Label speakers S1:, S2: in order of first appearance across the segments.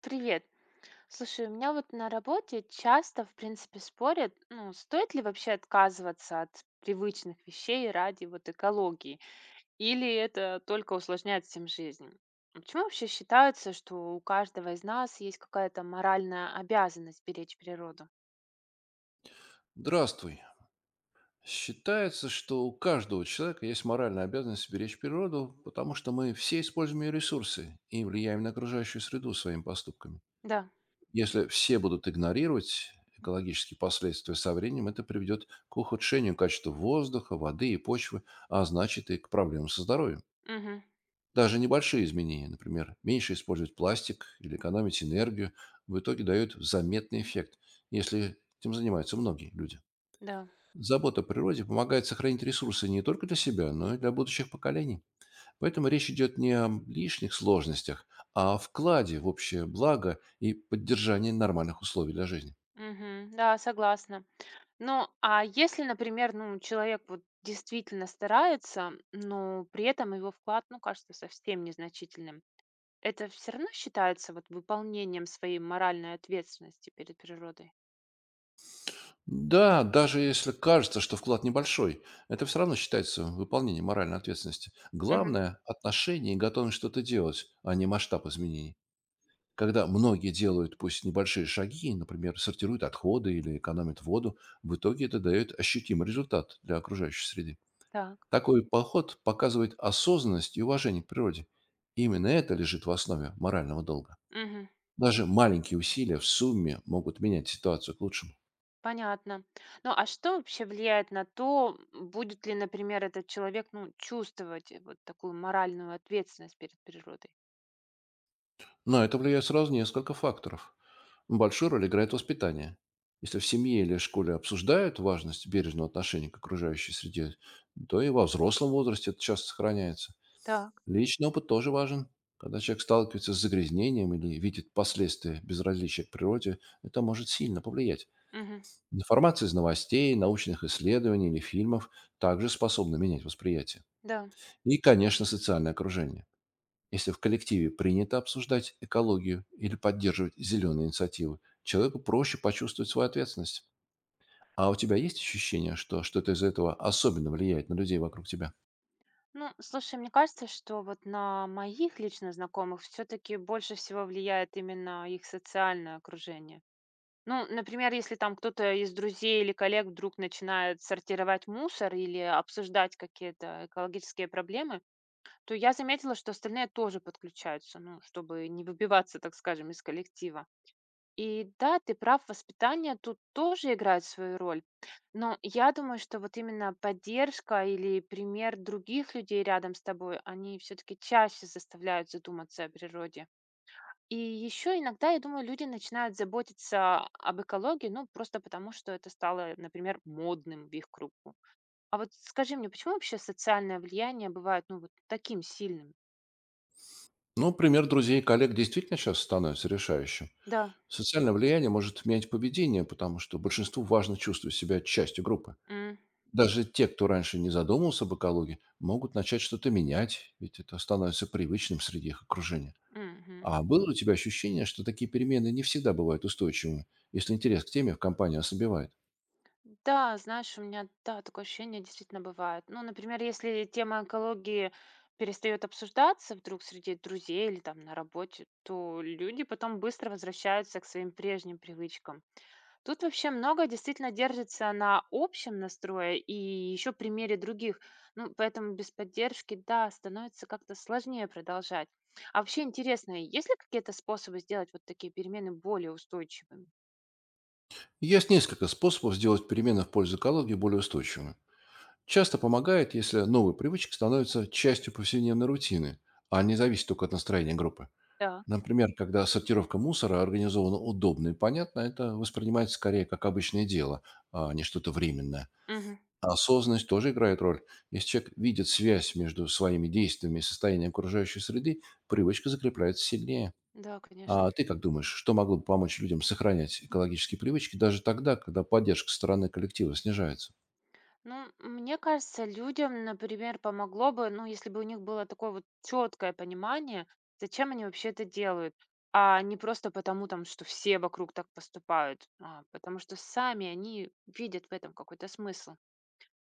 S1: Привет. Слушай, у меня вот на работе часто, в принципе, спорят, ну, стоит ли вообще отказываться от привычных вещей ради вот экологии, или это только усложняет всем жизнь. А почему вообще считается, что у каждого из нас есть какая-то моральная обязанность беречь природу?
S2: Здравствуй. Считается, что у каждого человека есть моральная обязанность беречь природу, потому что мы все используем ее ресурсы и влияем на окружающую среду своими поступками.
S1: Да,
S2: Если все будут игнорировать экологические последствия со временем, это приведет к ухудшению качества воздуха, воды и почвы, а значит и к проблемам со здоровьем.
S1: угу,
S2: Даже небольшие изменения, например, меньше использовать пластик или экономить энергию, в итоге дают заметный эффект, если этим занимаются многие люди.
S1: да,
S2: Забота о природе помогает сохранить ресурсы не только для себя, но и для будущих поколений. Поэтому речь идет не о лишних сложностях, а о вкладе в общее благо и поддержании нормальных условий для жизни.
S1: угу, да, согласна. Ну, а если, например, ну, человек вот действительно старается, но при этом его вклад, ну, кажется совсем незначительным. Это все равно считается вот выполнением своей моральной ответственности перед природой?
S2: Да, даже если кажется, что вклад небольшой, это все равно считается выполнением моральной ответственности.
S1: Мгм.
S2: Главное– отношение и готовность что-то делать, а не масштаб изменений. Когда многие делают пусть небольшие шаги, например, сортируют отходы или экономят воду, в итоге это дает ощутимый результат для окружающей среды.
S1: Так.
S2: Такой подход показывает осознанность и уважение к природе. Именно это лежит в основе морального долга.
S1: Мгм.
S2: Даже маленькие усилия в сумме могут менять ситуацию к лучшему.
S1: Понятно. Ну, а что вообще влияет на то, будет ли, например, этот человек, ну, чувствовать, вот такую моральную ответственность перед природой?
S2: На это влияет сразу несколько факторов. Большую роль играет воспитание. Если в семье или школе обсуждают важность бережного отношения к окружающей среде, то и во взрослом возрасте это часто сохраняется.
S1: Так.
S2: Личный опыт тоже важен. Когда человек сталкивается с загрязнением или видит последствия безразличия к природе, это может сильно повлиять.
S1: Мгм.
S2: Информация из новостей, научных исследований или фильмов также способна менять восприятие.
S1: Да.
S2: И, конечно, социальное окружение. Если в коллективе принято обсуждать экологию или поддерживать зеленые инициативы, человеку проще почувствовать свою ответственность. А у тебя есть ощущение, что что-то из этого особенно влияет на людей вокруг тебя?
S1: Ну, слушай, мне кажется, что вот на моих лично знакомых все-таки больше всего влияет именно их социальное окружение. Ну, например, если там кто-то из друзей или коллег вдруг начинает сортировать мусор или обсуждать какие-то экологические проблемы, то я заметила, что остальные тоже подключаются, ну, чтобы не выбиваться, так скажем, из коллектива. И да, ты прав, воспитание тут тоже играет свою роль. Но я думаю, что вот именно поддержка или пример других людей рядом с тобой, они все-таки чаще заставляют задуматься о природе. И еще иногда, я думаю, люди начинают заботиться об экологии, ну, просто потому, что это стало, например, модным в их кругу. А вот скажи мне, почему вообще социальное влияние бывает, ну, вот таким сильным?
S2: Ну, пример друзей и коллег действительно сейчас становится решающим.
S1: Да.
S2: Социальное влияние может менять поведение, потому что большинству важно чувствовать себя частью группы.
S1: М,
S2: Даже те, кто раньше не задумывался об экологии, могут начать что-то менять, ведь это становится привычным среди их окружения.
S1: мгм.
S2: А было ли у тебя ощущение, что такие перемены не всегда бывают устойчивыми, если интерес к теме в компании ослабевает?
S1: Да, знаешь, у меня, да, такое ощущение действительно бывает. Ну, например, если тема экологии перестает обсуждаться вдруг среди друзей или там на работе, то люди потом быстро возвращаются к своим прежним привычкам. Тут вообще много действительно держится на общем настрое и еще примере других. Ну, поэтому без поддержки, да, становится как-то сложнее продолжать. А вообще интересно, есть ли какие-то способы сделать вот такие перемены более устойчивыми?
S2: Есть несколько способов сделать перемены в пользу экологии более устойчивыми. Часто помогает, если новые привычки становятся частью повседневной рутины, а не зависит только от настроения группы.
S1: Так.
S2: Например, когда сортировка мусора организована удобно и понятно, это воспринимается скорее как обычное дело, а не что-то временное.
S1: Мгм.
S2: Осознанность тоже играет роль. Если человек видит связь между своими действиями и состоянием окружающей среды, привычка закрепляется сильнее.
S1: Да, конечно.
S2: А ты как думаешь, что могло бы помочь людям сохранять экологические привычки даже тогда, когда поддержка со стороны коллектива снижается?
S1: Ну, мне кажется, людям, например, помогло бы, ну, если бы у них было такое вот четкое понимание, зачем они вообще это делают, а не просто потому, там, что все вокруг так поступают, а потому что сами они видят в этом какой-то смысл.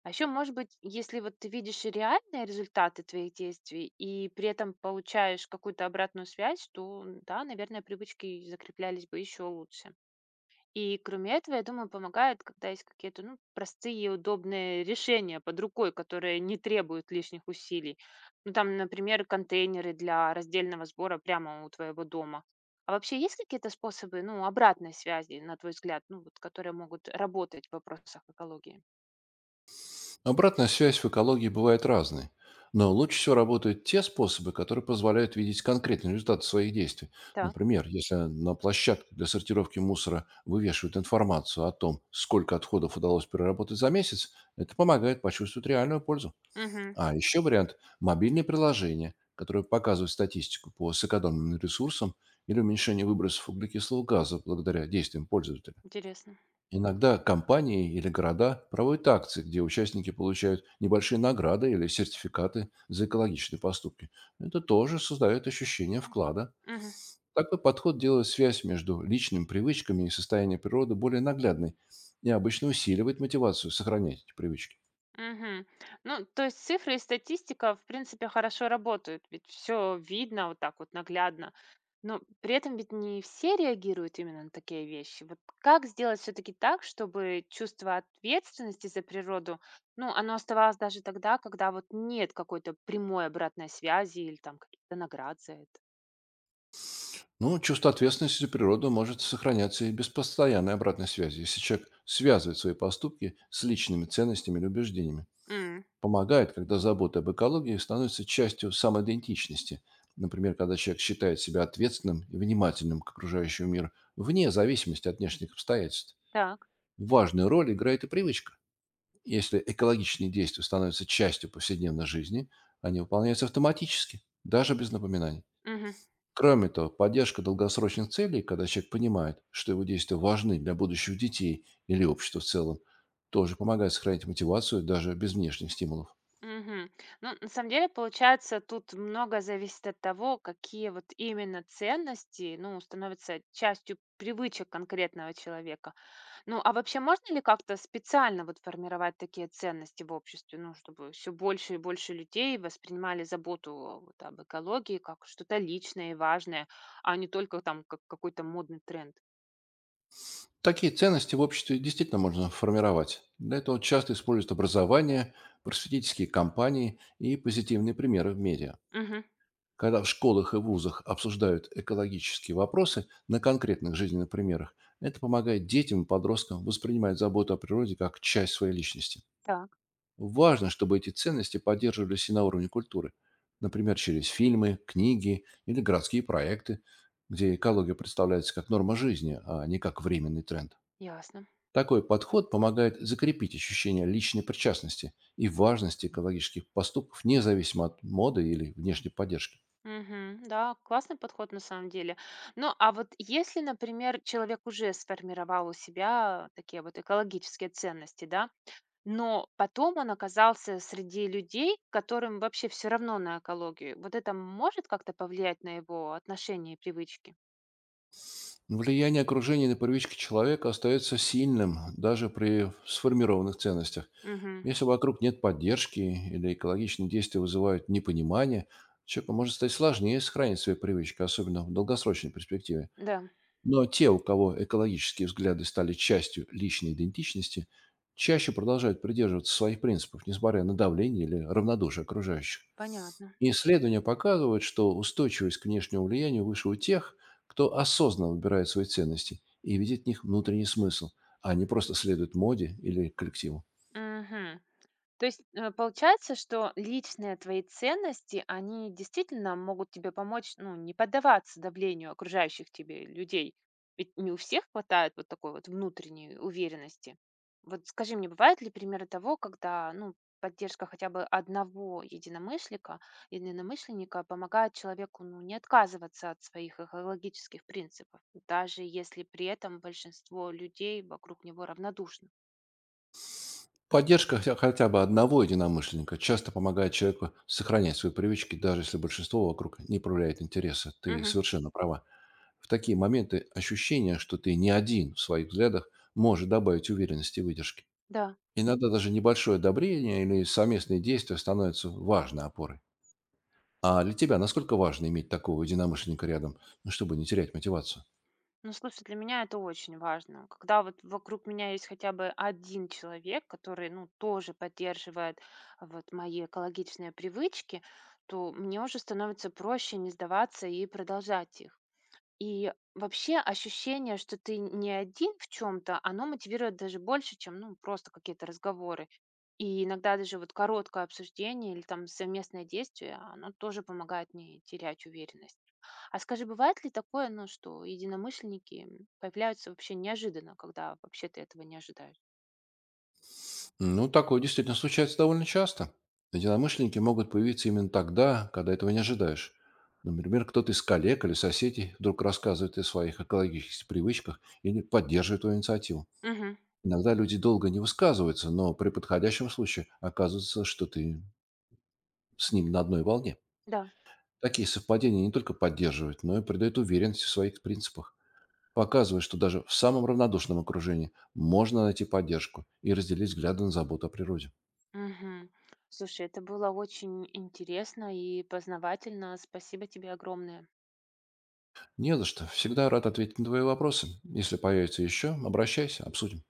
S1: А еще, может быть, если вот ты видишь реальные результаты твоих действий и при этом получаешь какую-то обратную связь, то, да, наверное, привычки закреплялись бы еще лучше. И кроме этого, я думаю, помогает, когда есть какие-то, ну, простые и удобные решения под рукой, которые не требуют лишних усилий. Ну, там, например, контейнеры для раздельного сбора прямо у твоего дома. А вообще есть какие-то способы, ну, обратной связи, на твой взгляд, ну, вот, которые могут работать в вопросах экологии?
S2: Обратная связь в экологии бывает разной, но лучше всего работают те способы, которые позволяют видеть конкретные результаты своих действий.
S1: Так.
S2: Например, если на площадке для сортировки мусора вывешивают информацию о том, сколько отходов удалось переработать за месяц, это помогает почувствовать реальную пользу.
S1: Мгм.
S2: А еще вариант– мобильные приложения, которые показывают статистику по сэкономленным ресурсам или уменьшению выбросов углекислого газа благодаря действиям пользователя.
S1: Интересно.
S2: Иногда компании или города проводят акции, где участники получают небольшие награды или сертификаты за экологичные поступки. Это тоже создает ощущение вклада.
S1: Мгм.
S2: Такой подход делает связь между личными привычками и состоянием природы более наглядной и обычно усиливает мотивацию сохранять эти привычки.
S1: Мгм. Ну, то есть цифры и статистика, в принципе, хорошо работают, ведь все видно вот так вот наглядно. Но при этом ведь не все реагируют именно на такие вещи. Вот как сделать все-таки так, чтобы чувство ответственности за природу, ну, оно оставалось даже тогда, когда вот нет какой-то прямой обратной связи или там каких-то наград за это.
S2: Ну, чувство ответственности за природу может сохраняться и без постоянной обратной связи, если человек связывает свои поступки с личными ценностями или убеждениями.
S1: М,
S2: Помогает, когда забота об экологии становится частью самоидентичности. Например, когда человек считает себя ответственным и внимательным к окружающему миру, вне зависимости от внешних обстоятельств.
S1: Так.
S2: Важную роль играет и привычка. Если экологичные действия становятся частью повседневной жизни, они выполняются автоматически, даже без напоминаний.
S1: Мгм.
S2: Кроме того, поддержка долгосрочных целей, когда человек понимает, что его действия важны для будущих детей или общества в целом, тоже помогает сохранить мотивацию даже без внешних стимулов.
S1: Мгм. Ну, на самом деле, получается, тут много зависит от того, какие вот именно ценности, ну, становятся частью привычек конкретного человека. Ну, а вообще можно ли как-то специально вот формировать такие ценности в обществе, ну, чтобы все больше и больше людей воспринимали заботу вот об экологии как что-то личное и важное, а не только там как какой-то модный тренд?
S2: Такие ценности в обществе действительно можно формировать. Для этого часто используют образование, просветительские кампании и позитивные примеры в медиа.
S1: Мгм.
S2: Когда в школах и вузах обсуждают экологические вопросы на конкретных жизненных примерах, это помогает детям и подросткам воспринимать заботу о природе как часть своей личности.
S1: Так,
S2: Важно, чтобы эти ценности поддерживались и на уровне культуры, например, через фильмы, книги или городские проекты, где экология представляется как норма жизни, а не как временный тренд.
S1: ясно.
S2: Такой подход помогает закрепить ощущение личной причастности и важности экологических поступков, независимо от моды или внешней поддержки.
S1: Мгм. Да, классный подход на самом деле. Ну, а вот если, например, человек уже сформировал у себя такие вот экологические ценности, да, но потом он оказался среди людей, которым вообще все равно на экологию, вот это может как-то повлиять на его отношения и привычки?
S2: Влияние окружения на привычки человека остается сильным даже при сформированных ценностях.
S1: Мгм.
S2: Если вокруг нет поддержки или экологичные действия вызывают непонимание, человеку может стать сложнее сохранить свои привычки, особенно в долгосрочной перспективе.
S1: Да,
S2: Но те, у кого экологические взгляды стали частью личной идентичности, чаще продолжают придерживаться своих принципов, несмотря на давление или равнодушие окружающих.
S1: понятно.
S2: Исследования показывают, что устойчивость к внешнему влиянию выше у тех, кто осознанно выбирает свои ценности и видит в них внутренний смысл, а не просто следует моде или коллективу.
S1: Мгм. То есть, получается, что личные твои ценности, они действительно могут тебе помочь, ну, не поддаваться давлению окружающих тебе людей. Ведь не у всех хватает вот такой вот внутренней уверенности. Вот скажи мне, бывает ли примеры того, когда, ну, поддержка хотя бы одного единомышленника помогает человеку, ну, не отказываться от своих экологических принципов, даже если при этом большинство людей вокруг него равнодушно?
S2: Поддержка хотя бы одного единомышленника часто помогает человеку сохранять свои привычки, даже если большинство вокруг не проявляет интереса. Ты
S1: Мгм.
S2: совершенно права. В такие моменты ощущение, что ты не один в своих взглядах, может добавить уверенности и выдержки.
S1: Да.
S2: Иногда даже небольшое одобрение или совместные действия становятся важной опорой. А для тебя насколько важно иметь такого единомышленника рядом, ну, чтобы не терять мотивацию?
S1: Ну, слушай, для меня это очень важно. Когда вот вокруг меня есть хотя бы один человек, который, ну, тоже поддерживает вот мои экологичные привычки, то мне уже становится проще не сдаваться и продолжать их. И вообще ощущение, что ты не один в чем-то, оно мотивирует даже больше, чем ну, просто какие-то разговоры. И иногда даже вот короткое обсуждение или там совместное действие, оно тоже помогает не терять уверенность. А скажи, бывает ли такое, ну, что единомышленники появляются вообще неожиданно, когда вообще ты этого не ожидаешь?
S2: Ну, такое действительно случается довольно часто. Единомышленники могут появиться именно тогда, когда этого не ожидаешь. Например, кто-то из коллег или соседей вдруг рассказывает о своих экологических привычках или поддерживает твою инициативу.
S1: Мгм.
S2: Иногда люди долго не высказываются, но при подходящем случае оказывается, что ты с ним на одной волне.
S1: Да.
S2: Такие совпадения не только поддерживают, но и придают уверенности в своих принципах, показывая, что даже в самом равнодушном окружении можно найти поддержку и разделить взгляды на заботу о природе.
S1: Мгм. Слушай, это было очень интересно и познавательно. Спасибо тебе огромное.
S2: Не за что. Всегда рад ответить на твои вопросы. Если появятся еще, обращайся, обсудим.